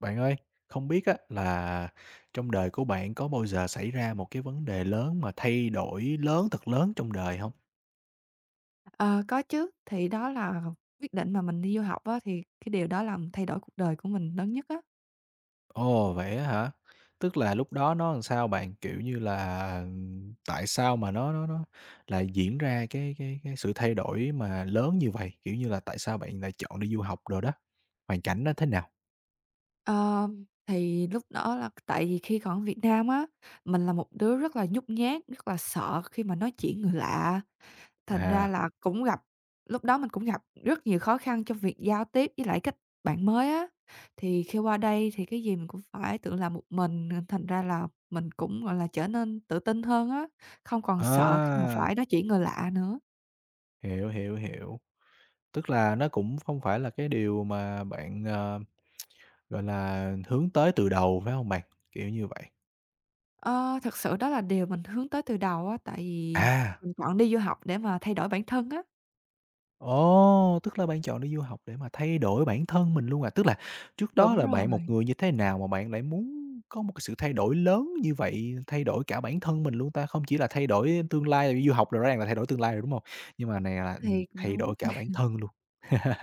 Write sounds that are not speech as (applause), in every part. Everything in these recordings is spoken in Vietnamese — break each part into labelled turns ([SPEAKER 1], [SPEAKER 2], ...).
[SPEAKER 1] Bạn ơi, không biết á là trong đời của bạn có bao giờ xảy ra một cái vấn đề lớn mà thay đổi lớn thật lớn trong đời không?
[SPEAKER 2] Ờ, có chứ, thì đó là quyết định mà mình đi du học á, thì cái điều đó làm thay đổi cuộc đời của mình lớn nhất á.
[SPEAKER 1] Ồ, vậy á hả? Tức là lúc đó nó làm sao bạn? Kiểu như là, tại sao mà nó lại diễn ra cái sự thay đổi mà lớn như vậy? Kiểu như là, tại sao bạn lại chọn đi du học rồi đó? Hoàn cảnh nó thế nào?
[SPEAKER 2] Ờ, thì lúc đó là tại vì khi còn ở Việt Nam á, mình là một đứa rất là nhút nhát, rất là sợ khi mà nói chuyện người lạ. Thành ra
[SPEAKER 1] À,
[SPEAKER 2] là cũng gặp lúc đó mình cũng gặp rất nhiều khó khăn trong việc giao tiếp với lại kết bạn mới á. Thì khi qua đây thì cái gì mình cũng phải tự làm một mình, nên thành ra là mình cũng, gọi là, trở nên tự tin hơn á, không còn sợ khi mà
[SPEAKER 1] à,
[SPEAKER 2] phải nói chuyện người lạ nữa.
[SPEAKER 1] hiểu, hiểu, hiểu. Tức là nó cũng không phải là cái điều mà bạn, gọi là hướng tới từ đầu, phải hông bạn? Kiểu như vậy.
[SPEAKER 2] Ờ, thực sự đó là điều mình hướng tới từ đầu á, tại vì
[SPEAKER 1] À.
[SPEAKER 2] mình chọn đi du học để mà thay đổi bản thân á.
[SPEAKER 1] Ồ, tức là bạn chọn đi du học để mà thay đổi bản thân mình luôn à? Tức là trước đó
[SPEAKER 2] Đúng
[SPEAKER 1] là bạn một
[SPEAKER 2] rồi,
[SPEAKER 1] người như thế nào mà bạn lại muốn có một cái sự thay đổi lớn như vậy, thay đổi cả bản thân mình luôn ta? Không chỉ là thay đổi tương lai, tại du học là rõ ràng là thay đổi tương lai rồi, đúng không? Nhưng mà này là,
[SPEAKER 2] thì cũng
[SPEAKER 1] thay
[SPEAKER 2] đúng.
[SPEAKER 1] đổi cả bản thân luôn. (laughs)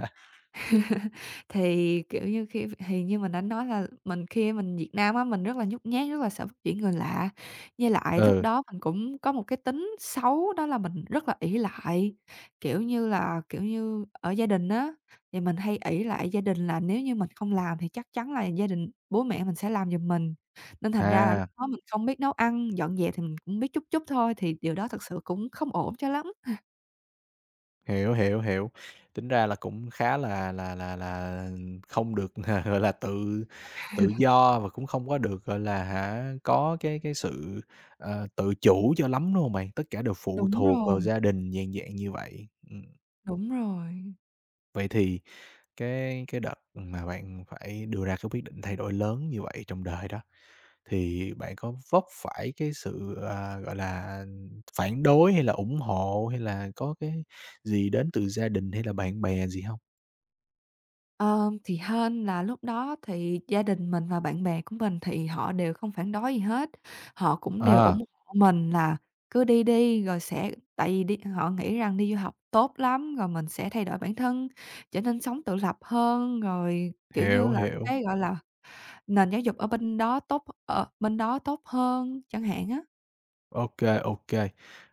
[SPEAKER 2] (laughs) Thì, kiểu như, khi thì như mình đã nói là mình khi mình Việt Nam á, mình rất là nhút nhát, rất là sợ bắt chuyện người lạ. Với lại lúc
[SPEAKER 1] Ừ,
[SPEAKER 2] đó mình cũng có một cái tính xấu đó là mình rất là ỷ lại, kiểu như, ở gia đình á, thì mình hay ỷ lại gia đình là nếu như mình không làm thì chắc chắn là gia đình bố mẹ mình sẽ làm giùm mình. Nên thành ra là lúc
[SPEAKER 1] à.
[SPEAKER 2] đó mình không biết nấu ăn, dọn dẹp thì mình cũng biết chút chút thôi, thì điều đó thực sự cũng không ổn cho lắm.
[SPEAKER 1] Hiểu, hiểu, hiểu. Tính ra là cũng khá là không được, (laughs) gọi là, tự tự do và cũng không có được, gọi là, hả, có cái sự, tự chủ cho lắm, đúng hông bạn? Tất cả đều phụ
[SPEAKER 2] Đúng
[SPEAKER 1] thuộc
[SPEAKER 2] rồi,
[SPEAKER 1] vào gia đình, dạng dạng như vậy. Ừm,
[SPEAKER 2] đúng rồi.
[SPEAKER 1] vậy thì cái đợt mà bạn phải đưa ra cái quyết định thay đổi lớn như vậy trong đời đó, thì bạn có vấp phải cái sự, à, gọi là, phản đối hay là ủng hộ, hay là có cái gì đến từ gia đình hay là bạn bè gì không?
[SPEAKER 2] Ờ, thì hên là lúc đó thì gia đình mình và bạn bè của mình thì họ đều không phản đối gì hết, họ cũng đều
[SPEAKER 1] À,
[SPEAKER 2] ủng hộ mình là cứ đi đi rồi sẽ tại vì đi họ nghĩ rằng đi du học tốt lắm, rồi mình sẽ thay đổi bản thân, trở nên sống tự lập hơn, rồi, kiểu như
[SPEAKER 1] hiểu,
[SPEAKER 2] là,
[SPEAKER 1] hiểu.
[SPEAKER 2] cái, gọi là, nền giáo dục ở bên đó tốt hơn chẳng hạn á.
[SPEAKER 1] OK, OK.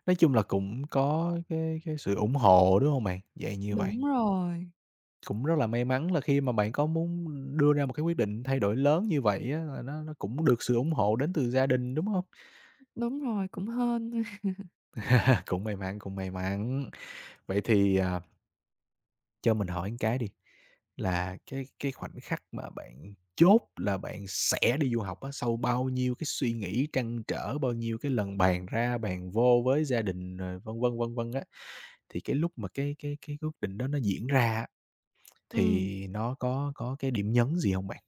[SPEAKER 1] Nói chung là cũng có cái sự ủng hộ, đúng không bạn? Vậy như vậy.
[SPEAKER 2] Đúng rồi,
[SPEAKER 1] Cũng rất là may mắn là khi mà bạn có muốn đưa ra một cái quyết định thay đổi lớn như vậy á, là nó cũng được sự ủng hộ đến từ gia đình, đúng không?
[SPEAKER 2] đúng rồi, cũng hên. (laughs)
[SPEAKER 1] (laughs) Cũng may mắn, cũng may mắn. Vậy thì, à, cho mình hỏi một cái đi. Là cái khoảnh khắc mà bạn chốt là bạn sẽ đi du học á, sau bao nhiêu cái suy nghĩ trăn trở, bao nhiêu cái lần bàn ra bàn vô với gia đình, rồi vân vân, vân vân á, thì cái lúc mà cái quyết định đó nó diễn ra á,
[SPEAKER 2] Ừm,
[SPEAKER 1] thì nó có cái điểm nhấn gì hông bạn?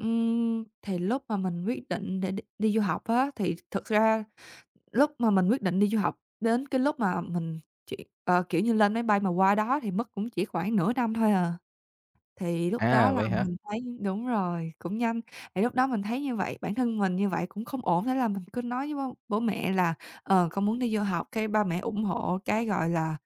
[SPEAKER 2] thì lúc mà mình quyết định để đi đi du học á, thì thực ra lúc mà mình quyết định đi du học đến cái lúc mà mình chuyển kiểu như, lên máy bay mà qua đó thì mất cũng chỉ khoảng nửa năm thôi à. Thì lúc đó
[SPEAKER 1] À,
[SPEAKER 2] là
[SPEAKER 1] vậy hả?
[SPEAKER 2] mình thấy đúng rồi, cũng nhanh. Thì lúc đó mình thấy như vậy, bản thân mình như vậy cũng không ổn, thế là mình cứ nói với bố bố mẹ là, ờ, "Con muốn đi du học", cái ba mẹ ủng hộ cái, gọi là,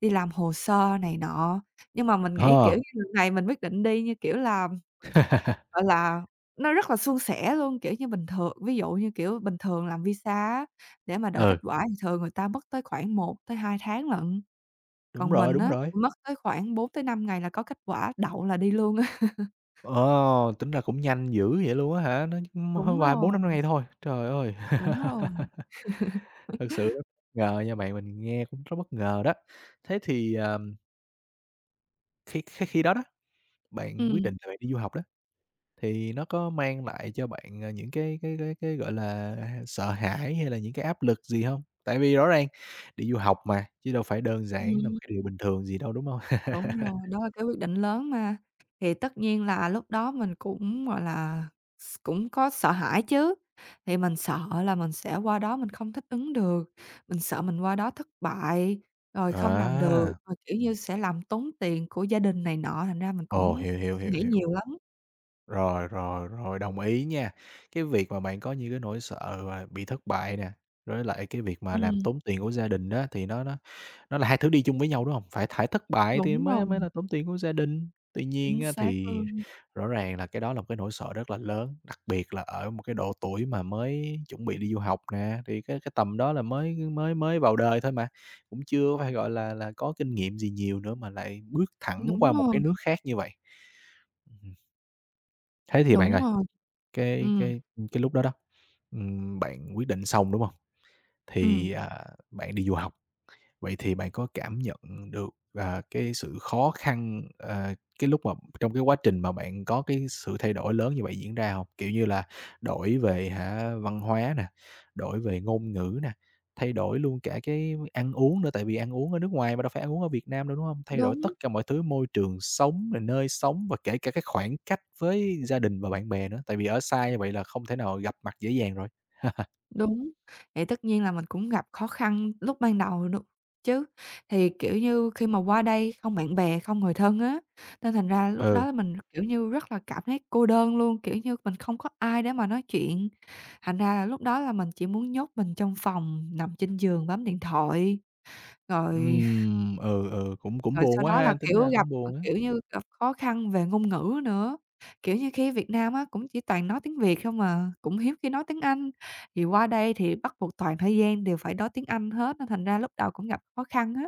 [SPEAKER 2] đi làm hồ sơ này nọ. Nhưng mà mình nghĩ,
[SPEAKER 1] Ờ.
[SPEAKER 2] kiểu như, lần này mình quyết định đi như, kiểu là,
[SPEAKER 1] (laughs)
[SPEAKER 2] gọi là, nó rất là suôn sẻ luôn, kiểu như, bình thường ví dụ như, kiểu, bình thường làm visa á, để mà đợi
[SPEAKER 1] Ừ,
[SPEAKER 2] kết quả thì thường người ta mất tới khoảng 1 tới 2 tháng lận,
[SPEAKER 1] đúng
[SPEAKER 2] còn
[SPEAKER 1] rồi,
[SPEAKER 2] mình
[SPEAKER 1] đúng
[SPEAKER 2] á,
[SPEAKER 1] rồi.
[SPEAKER 2] mất tới khoảng 4 tới 5 ngày là có kết quả, đậu là đi luôn á. (laughs)
[SPEAKER 1] Ờ, tính ra cũng nhanh dữ vậy luôn á hả? Nó,
[SPEAKER 2] Đúng
[SPEAKER 1] vài bốn
[SPEAKER 2] rồi,
[SPEAKER 1] năm ngày thôi, trời ơi!
[SPEAKER 2] đúng rồi.
[SPEAKER 1] (laughs) Thực sự rất bất ngờ nha bạn, mình nghe cũng rất bất ngờ đó. Thế thì, khi khi khi đó đó, bạn quyết
[SPEAKER 2] Ừm,
[SPEAKER 1] định là bạn đi du học đó, thì nó có mang lại cho bạn, những cái, gọi là, à, sợ hãi hay là những cái áp lực gì hông? Tại vì rõ ràng đi du học mà, chứ đâu phải đơn giản là một
[SPEAKER 2] ừm.
[SPEAKER 1] cái điều bình thường gì đâu, đúng hông? (laughs)
[SPEAKER 2] Đúng. Rồi, đó là cái quyết định lớn mà. Thì tất nhiên là lúc đó mình cũng, gọi là, cũng có sợ hãi chứ, thì mình sợ là mình sẽ qua đó mình không thích ứng được, mình sợ mình qua đó thất bại, rồi không làm được,
[SPEAKER 1] À,
[SPEAKER 2] rồi, kiểu như, sẽ làm tốn tiền của gia đình này nọ, thành ra mình
[SPEAKER 1] ồ,
[SPEAKER 2] cũng
[SPEAKER 1] hiểu, hiểu,
[SPEAKER 2] suy
[SPEAKER 1] hiểu,
[SPEAKER 2] nghĩ
[SPEAKER 1] hiểu.
[SPEAKER 2] nhiều lắm.
[SPEAKER 1] Rồi, rồi, rồi, đồng ý nha. Cái việc mà bạn có những cái nỗi sợ và bị thất bại nè, với lại cái việc mà làm
[SPEAKER 2] Ừm,
[SPEAKER 1] tốn tiền của gia đình á, thì nó là hai thứ đi chung với nhau, đúng hông? Phải thất bại thì
[SPEAKER 2] đúng
[SPEAKER 1] mới
[SPEAKER 2] rồi,
[SPEAKER 1] mới là tốn tiền của gia đình. Tuy nhiên
[SPEAKER 2] chính
[SPEAKER 1] á,
[SPEAKER 2] xác
[SPEAKER 1] thì
[SPEAKER 2] luôn.
[SPEAKER 1] rõ ràng là cái đó là một cái nỗi sợ rất là lớn, đặc biệt là ở một cái độ tuổi mà mới chuẩn bị đi du học nè, thì cái tầm đó là mới mới mới vào đời thôi mà, cũng chưa có phải, gọi là, có kinh nghiệm gì nhiều nữa mà lại bước thẳng
[SPEAKER 2] Đúng
[SPEAKER 1] qua một cái
[SPEAKER 2] rồi,
[SPEAKER 1] nước khác như vậy. Ừm, thế thì bạn
[SPEAKER 2] đúng
[SPEAKER 1] ơi,
[SPEAKER 2] rồi.
[SPEAKER 1] cái
[SPEAKER 2] Ừm,
[SPEAKER 1] cái, ừm, cái lúc đó đó, bạn quyết định xong, đúng hông?
[SPEAKER 2] ừm,
[SPEAKER 1] Thì, à, bạn đi du học. Vậy thì bạn có cảm nhận được, à, cái sự khó khăn, cái lúc mà trong cái quá trình mà bạn có cái sự thay đổi lớn như vậy diễn ra không? Kiểu như là, đổi về văn hóa nè, đổi về ngôn ngữ nè, thay đổi luôn cả cái ăn uống nữa, tại vì ăn uống ở nước ngoài mà đâu phải ăn uống ở Việt Nam đâu, đúng không? Thay đổi
[SPEAKER 2] đúng.
[SPEAKER 1] tất cả mọi thứ, môi trường sống, rồi nơi sống và kể cả cái khoảng cách với gia đình và bạn bè nữa, tại vì ở xa như vậy là không thể nào gặp mặt dễ dàng rồi.
[SPEAKER 2] Đúng, thì tất nhiên là mình cũng gặp khó khăn lúc ban đầu chứ. Thì, kiểu như, khi mà qua đây không bạn bè, không người thân á, nên thành ra lúc đó
[SPEAKER 1] Ừ,
[SPEAKER 2] là mình, kiểu như, rất là cảm thấy cô đơn luôn, kiểu như, mình không có ai để mà nói chuyện. Thành ra là lúc đó là mình chỉ muốn nhốt mình trong phòng, nằm trên giường bấm điện thoại, rồi
[SPEAKER 1] ừ, ừ, cũng cũng
[SPEAKER 2] rồi sau
[SPEAKER 1] buồn quá
[SPEAKER 2] đó là,
[SPEAKER 1] ha, tính
[SPEAKER 2] kiểu,
[SPEAKER 1] ra
[SPEAKER 2] gặp,
[SPEAKER 1] cũng
[SPEAKER 2] ờ,
[SPEAKER 1] buồn á.
[SPEAKER 2] kiểu như, gặp khó khăn về ngôn ngữ nữa, kiểu như, khi Việt Nam á cũng chỉ toàn nói tiếng Việt không à, cũng hiếm khi nói tiếng Anh, thì qua đây thì bắt buộc toàn thời gian đều phải nói tiếng Anh hết nên thành ra lúc đầu cũng gặp khó khăn á.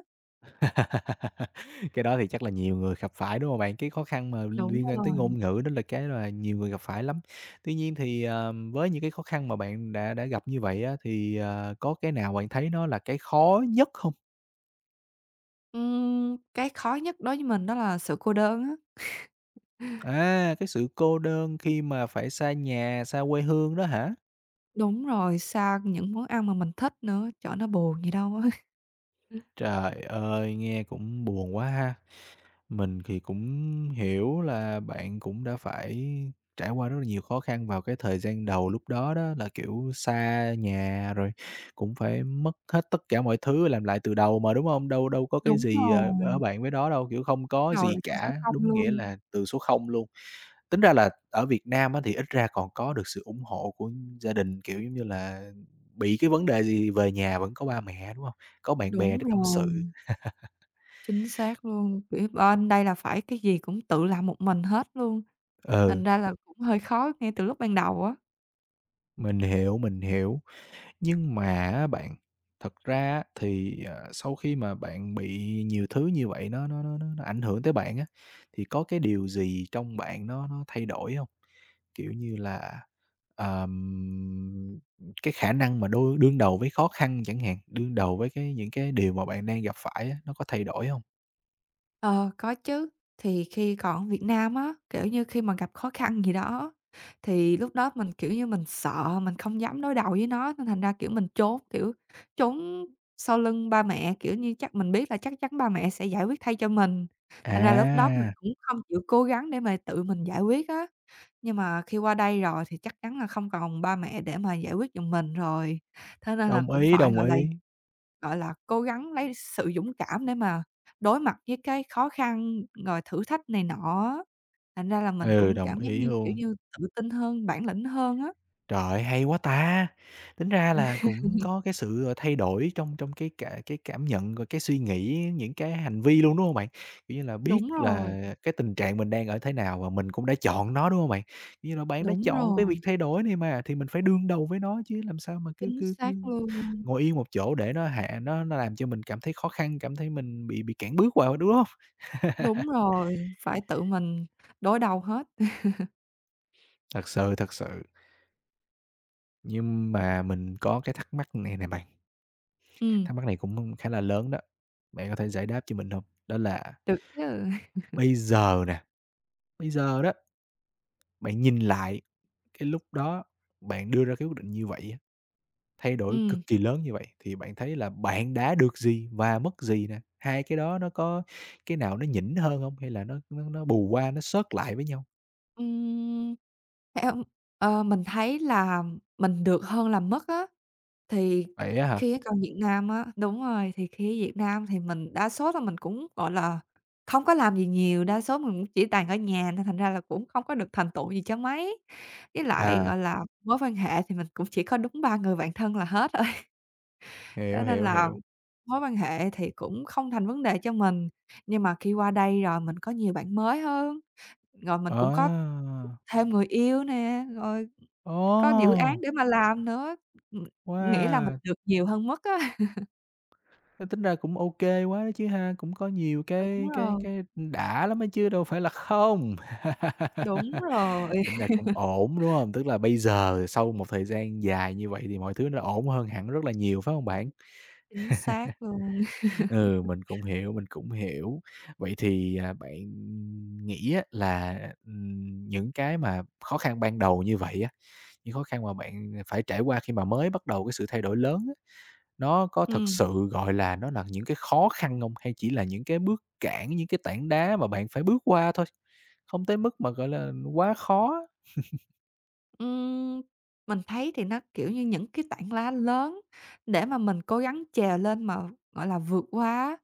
[SPEAKER 1] (laughs) Cái đó thì chắc là nhiều người gặp phải, đúng không bạn? Cái khó khăn mà
[SPEAKER 2] Đúng
[SPEAKER 1] liên quan tới
[SPEAKER 2] rồi.
[SPEAKER 1] ngôn ngữ đó là cái là nhiều người gặp phải lắm. Tuy nhiên thì, với những cái khó khăn mà bạn đã gặp như vậy á, thì, có cái nào bạn thấy nó là cái khó nhất không?
[SPEAKER 2] Cái khó nhất đối với mình đó là sự cô đơn á.
[SPEAKER 1] À, cái sự cô đơn khi mà phải xa nhà, xa quê hương đó hả?
[SPEAKER 2] Đúng rồi, xa những món ăn mà mình thích nữa, trời ơi, nó buồn gì đâu á.
[SPEAKER 1] Trời ơi, nghe cũng buồn quá ha! Mình thì cũng hiểu là bạn cũng đã phải trải qua rất là nhiều khó khăn vào cái thời gian đầu lúc đó đó, là, kiểu, xa nhà rồi cũng phải mất hết tất cả mọi thứ, làm lại từ đầu mà, đúng không? Đâu đâu có cái
[SPEAKER 2] Đúng
[SPEAKER 1] gì,
[SPEAKER 2] rồi,
[SPEAKER 1] ở bạn với đó đâu, kiểu, không
[SPEAKER 2] bắt
[SPEAKER 1] có
[SPEAKER 2] đầu
[SPEAKER 1] gì
[SPEAKER 2] lại con số
[SPEAKER 1] cả,
[SPEAKER 2] không
[SPEAKER 1] đúng nghĩa
[SPEAKER 2] luôn.
[SPEAKER 1] là từ số không luôn. Tính ra là ở Việt Nam á thì ít ra còn có được sự ủng hộ của gia đình, kiểu, giống như là, bị cái vấn đề gì về nhà vẫn có ba mẹ, đúng không? Có bạn bè
[SPEAKER 2] Đúng
[SPEAKER 1] để tâm
[SPEAKER 2] rồi.
[SPEAKER 1] sự.
[SPEAKER 2] Chính xác luôn, kiểu, bên đây là phải cái gì cũng tự làm một mình hết luôn,
[SPEAKER 1] Ừ,
[SPEAKER 2] thành ra là cũng hơi khó ngay từ lúc ban đầu á.
[SPEAKER 1] mình hiểu, mình hiểu. Nhưng mà á bạn, thật ra á thì, sau khi mà bạn bị nhiều thứ như vậy nó ảnh hưởng tới bạn á, thì có cái điều gì trong bạn nó thay đổi hông? Kiểu như là, ờm, cái khả năng mà đương đầu với khó khăn chẳng hạn, đương đầu với cái những cái điều mà bạn đang gặp phải á, nó có thay đổi hông?
[SPEAKER 2] Ờ, có chứ, thì khi còn ở Việt Nam á, kiểu như, khi mà gặp khó khăn gì đó, thì lúc đó mình, kiểu như, mình sợ, mình không dám đối đầu với nó nên thành ra, kiểu, mình trốn, kiểu, trốn sau lưng ba mẹ, kiểu như, chắc mình biết là chắc chắn ba mẹ sẽ giải quyết thay cho mình, thành ra là lúc đó mình
[SPEAKER 1] À,
[SPEAKER 2] cũng không chịu cố gắng để mà tự mình giải quyết á. Nhưng mà khi qua đây rồi thì chắc chắn là không còn ba mẹ để mà giải quyết giùm mình rồi, thế nên là
[SPEAKER 1] đồng
[SPEAKER 2] cũng
[SPEAKER 1] ý,
[SPEAKER 2] phải,
[SPEAKER 1] đồng
[SPEAKER 2] gọi là,
[SPEAKER 1] ý.
[SPEAKER 2] cố gắng lấy sự dũng cảm để mà đối mặt với cái khó khăn, rồi thử thách này nọ á. Thành ra là mình
[SPEAKER 1] Ừ,
[SPEAKER 2] cũng
[SPEAKER 1] đồng
[SPEAKER 2] cảm giác
[SPEAKER 1] ý
[SPEAKER 2] như, kiểu
[SPEAKER 1] luôn.
[SPEAKER 2] như, tự tin hơn, bản lĩnh hơn á.
[SPEAKER 1] Trời ơi, hay quá ta! Tính ra là cũng có cái sự, thay đổi trong trong cái cả cái cảm nhận, rồi cái suy nghĩ, những cái hành vi luôn, đúng hông bạn? Kiểu như là, biết
[SPEAKER 2] Đúng rồi,
[SPEAKER 1] là cái tình trạng mình đang ở thế nào và mình cũng đã chọn nó, đúng hông bạn? Kiểu như là, bạn đã
[SPEAKER 2] đúng
[SPEAKER 1] chọn cái việc
[SPEAKER 2] rồi,
[SPEAKER 1] thay đổi này mà, thì mình phải đương đầu với nó chứ làm sao mà cứ
[SPEAKER 2] chính
[SPEAKER 1] cứ
[SPEAKER 2] xác
[SPEAKER 1] cứ
[SPEAKER 2] luôn.
[SPEAKER 1] ngồi yên một chỗ để nó hạ nó làm cho mình cảm thấy khó khăn, cảm thấy mình bị cản bước vào, đúng hông?
[SPEAKER 2] Đúng rồi, phải tự mình đối đầu hết.
[SPEAKER 1] Thật sự, thật sự. Nhưng mà mình có cái thắc mắc này nè bạn.
[SPEAKER 2] Ừm,
[SPEAKER 1] Thắc mắc này cũng khá là lớn đó, bạn có thể giải đáp cho mình hông? Đó là
[SPEAKER 2] được chứ.
[SPEAKER 1] bây giờ nè, bây giờ đó, bạn nhìn lại cái lúc đó bạn đưa ra cái quyết định như vậy á, thay đổi
[SPEAKER 2] Ừm.
[SPEAKER 1] cực kỳ lớn như vậy thì bạn thấy là bạn đã được gì và mất gì nè? Hai cái đó nó có cái nào nó nhỉnh hơn hông? Hay là nó bù qua, nó xớt lại với nhau?
[SPEAKER 2] Ừm, theo mình thấy là mình được hơn là mất á, thì
[SPEAKER 1] Vậy á hả?
[SPEAKER 2] khi cái coi Việt Nam á đúng rồi, thì khi ở Việt Nam thì mình đa số là mình cũng, gọi là, không có làm gì nhiều, đa số mình cũng chỉ toàn ở nhà nên thành ra là cũng không có được thành tựu gì cho mấy. Với lại,
[SPEAKER 1] À,
[SPEAKER 2] gọi là, mối quan hệ thì mình cũng chỉ có đúng 3 người bạn thân là hết rồi, (laughs) cho
[SPEAKER 1] hiểu,
[SPEAKER 2] nên
[SPEAKER 1] hiểu,
[SPEAKER 2] là
[SPEAKER 1] hiểu.
[SPEAKER 2] mối quan hệ thì cũng không thành vấn đề cho mình. Nhưng mà khi qua đây rồi mình có nhiều bạn mới hơn, rồi mình
[SPEAKER 1] Ờ,
[SPEAKER 2] cũng có thêm người yêu nè, rồi có dự án
[SPEAKER 1] ồ,
[SPEAKER 2] để mà làm nữa, ừm, nghĩa là mình
[SPEAKER 1] wow!
[SPEAKER 2] được nhiều hơn mất á.
[SPEAKER 1] Thế tính ra cũng OK quá đó chứ ha, cũng có nhiều
[SPEAKER 2] Đúng
[SPEAKER 1] cái cái
[SPEAKER 2] rồi,
[SPEAKER 1] cái đã lắm á chứ đâu phải là không.
[SPEAKER 2] đúng rồi,
[SPEAKER 1] (laughs) Tính ra cũng ổn, đúng không? Tức là bây giờ sau một thời gian dài như vậy thì mọi thứ nó ổn hơn hẳn rất là nhiều, phải không bạn?
[SPEAKER 2] chính xác luôn.
[SPEAKER 1] Ừ, mình cũng hiểu, mình cũng hiểu. Vậy thì, à, bạn nghĩ á là, những cái mà khó khăn ban đầu như vậy á, những khó khăn mà bạn phải trải qua khi mà mới bắt đầu cái sự thay đổi lớn á nó có thật
[SPEAKER 2] Ừm.
[SPEAKER 1] sự, gọi là, nó là những cái khó khăn không? Hay chỉ là những cái bước cản, những cái tảng đá mà bạn phải bước qua thôi? Không tới mức mà, gọi là, quá khó.
[SPEAKER 2] Ừm, mình thấy thì nó, kiểu như, những cái tảng đá lớn để mà mình cố gắng trèo lên mà, gọi là, vượt qua á,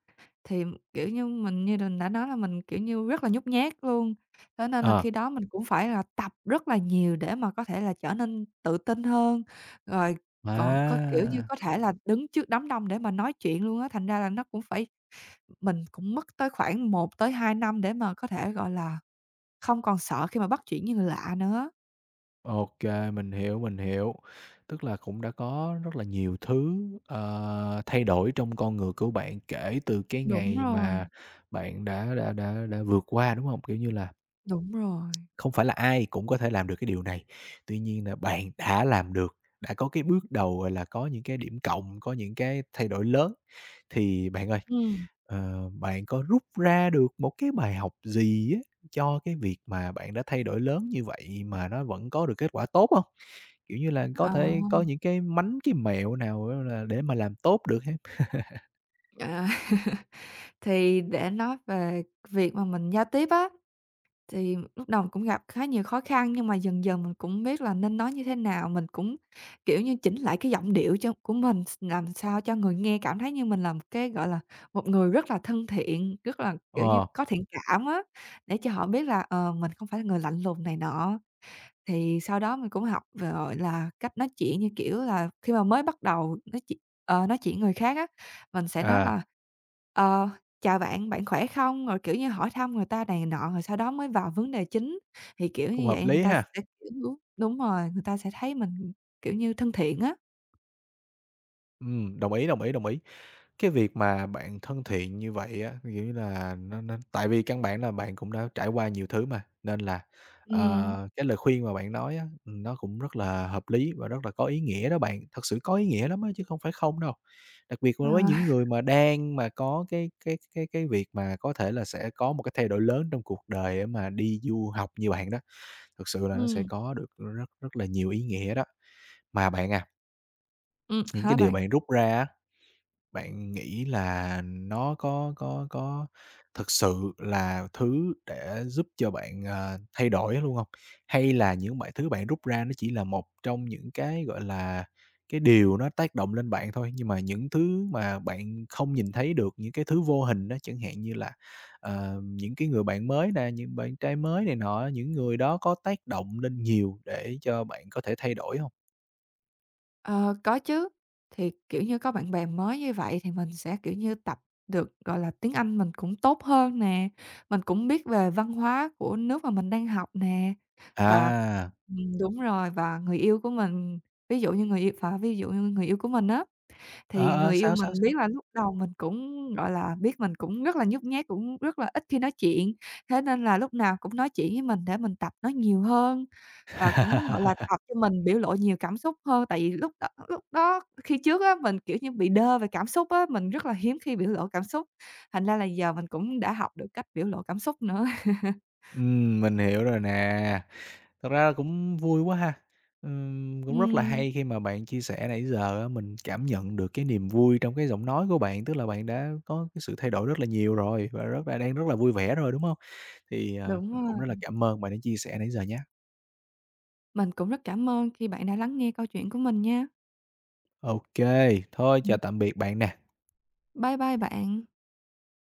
[SPEAKER 2] thì, kiểu như mình đã nói là mình, kiểu như, rất là nhút nhát luôn, thế nên là
[SPEAKER 1] Ờ,
[SPEAKER 2] khi đó mình cũng phải là tập rất là nhiều để mà có thể là trở nên tự tin hơn, rồi còn có, kiểu như,
[SPEAKER 1] à,
[SPEAKER 2] có thể là đứng trước đám đông để mà nói chuyện luôn á, thành ra là nó cũng phải mình cũng mất tới khoảng 1 tới 2 năm để mà có thể, gọi là, không còn sợ khi mà bắt chuyện với người lạ nữa.
[SPEAKER 1] ô kê, mình hiểu, mình hiểu. Tức là cũng đã có rất là nhiều thứ, thay đổi trong con người của bạn kể từ cái
[SPEAKER 2] Đúng
[SPEAKER 1] ngày
[SPEAKER 2] rồi.
[SPEAKER 1] mà bạn đã vượt qua, đúng không? Kiểu như là.
[SPEAKER 2] Đúng rồi.
[SPEAKER 1] Không phải là ai cũng có thể làm được cái điều này, tuy nhiên là bạn đã làm được, đã có cái bước đầu, gọi là, có những cái điểm cộng, có những cái thay đổi lớn. Thì bạn ơi,
[SPEAKER 2] Ừm.
[SPEAKER 1] bạn có rút ra được một cái bài học gì á cho cái việc mà bạn đã thay đổi lớn như vậy mà nó vẫn có được kết quả tốt không? Kiểu như là, có
[SPEAKER 2] Ờ,
[SPEAKER 1] thể có những cái mánh, cái mẹo nào á là để mà làm tốt được hén?
[SPEAKER 2] à, (laughs) thì để nói về việc mà mình giao tiếp á, thì lúc đầu cũng gặp khá nhiều khó khăn nhưng mà dần dần mình cũng biết là nên nói như thế nào, mình cũng, kiểu như, chỉnh lại cái giọng điệu cho của mình làm sao cho người nghe cảm thấy như mình là một cái, gọi là, một người rất là thân thiện, rất là, kiểu như,
[SPEAKER 1] Ờ,
[SPEAKER 2] có thiện cảm á, để cho họ biết là, ờ, mình không phải là người lạnh lùng này nọ. Thì sau đó mình cũng học về, gọi là, cách nói chuyện, như kiểu là, khi mà mới bắt đầu nói chuyện người khác á, mình sẽ nói
[SPEAKER 1] à,
[SPEAKER 2] là "Ờ, chào bạn, bạn khỏe không?" Rồi, kiểu như, hỏi thăm người ta này nọ, rồi sau đó mới vào vấn đề chính. Thì, kiểu
[SPEAKER 1] cũng
[SPEAKER 2] như
[SPEAKER 1] hợp
[SPEAKER 2] vậy, người
[SPEAKER 1] lý
[SPEAKER 2] ta sẽ,
[SPEAKER 1] ha.
[SPEAKER 2] kiểu đúng rồi, người ta sẽ thấy mình, kiểu như, thân thiện á.
[SPEAKER 1] Đồng ý, đồng ý, đồng ý. Cái việc mà bạn thân thiện như vậy á, kiểu như là, nó tại vì căn bản là bạn cũng đã trải qua nhiều thứ mà, nên là,
[SPEAKER 2] Ừm,
[SPEAKER 1] cái lời khuyên mà bạn nói á, nó cũng rất là hợp lý và rất là có ý nghĩa đó bạn, thật sự có ý nghĩa lắm á chứ không phải không đâu. Đặc biệt
[SPEAKER 2] ờ,
[SPEAKER 1] với những người
[SPEAKER 2] (laughs)
[SPEAKER 1] mà đang mà có cái việc mà có thể là sẽ có một cái thay đổi lớn trong cuộc đời để mà đi du học như bạn đó, thực sự là nó sẽ
[SPEAKER 2] ừm,
[SPEAKER 1] có được rất rất là nhiều ý nghĩa đó. Mà bạn à, những cái
[SPEAKER 2] hả
[SPEAKER 1] điều
[SPEAKER 2] bạn?
[SPEAKER 1] bạn rút ra á bạn nghĩ là nó có thực sự là thứ để giúp cho bạn, thay đổi luôn không? Hay là những thứ bạn rút ra nó chỉ là một trong những cái, gọi là, cái điều nó tác động lên bạn thôi, nhưng mà những thứ mà bạn không nhìn thấy được, những cái thứ vô hình đó chẳng hạn như là, những cái người bạn mới nè, những bạn trai mới này nọ, những người đó có tác động lên nhiều để cho bạn có thể thay đổi không?
[SPEAKER 2] Ờ, có chứ. Thì, kiểu như, có bạn bè mới như vậy thì mình sẽ, kiểu như, tập được, gọi là, tiếng Anh mình cũng tốt hơn nè, mình cũng biết về văn hóa của nước mà mình đang học nè. Và
[SPEAKER 1] À,
[SPEAKER 2] đúng rồi, và người yêu của mình, ví dụ như người yêu và ví dụ như người yêu của mình á,
[SPEAKER 1] ờ,
[SPEAKER 2] thì
[SPEAKER 1] ờ,
[SPEAKER 2] người yêu
[SPEAKER 1] sao, sao,
[SPEAKER 2] mình biết
[SPEAKER 1] sao?
[SPEAKER 2] là lúc đầu mình cũng, gọi là, biết mình cũng rất là nhút nhát, cũng rất là ít khi nói chuyện, thế nên là lúc nào cũng nói chuyện với mình để mình tập nói nhiều hơn. Và cũng, gọi là, tập
[SPEAKER 1] (laughs)
[SPEAKER 2] cho mình biểu lộ nhiều cảm xúc hơn, tại vì lúc đó khi trước á, mình, kiểu như, bị đơ về cảm xúc á, mình rất là hiếm khi biểu lộ cảm xúc, thành ra là giờ mình cũng đã học được cách biểu lộ cảm xúc nữa. (laughs)
[SPEAKER 1] Mình hiểu rồi nè. Thật ra là cũng vui quá ha. Cũng rất là
[SPEAKER 2] Ừm,
[SPEAKER 1] hay khi mà bạn chia sẻ nãy giờ á, mình cảm nhận được cái niềm vui trong cái giọng nói của bạn, tức là bạn đã có cái sự thay đổi rất là nhiều rồi và rất là đang rất là vui vẻ rồi, đúng không? Thì,
[SPEAKER 2] đúng
[SPEAKER 1] mình cũng
[SPEAKER 2] rồi.
[SPEAKER 1] rất là cảm ơn bạn đã chia sẻ nãy giờ nhé.
[SPEAKER 2] Mình cũng rất cảm ơn khi bạn đã lắng nghe câu chuyện của mình nha.
[SPEAKER 1] OK, thôi chào
[SPEAKER 2] Ừm,
[SPEAKER 1] tạm biệt bạn nè.
[SPEAKER 2] bye bye bạn.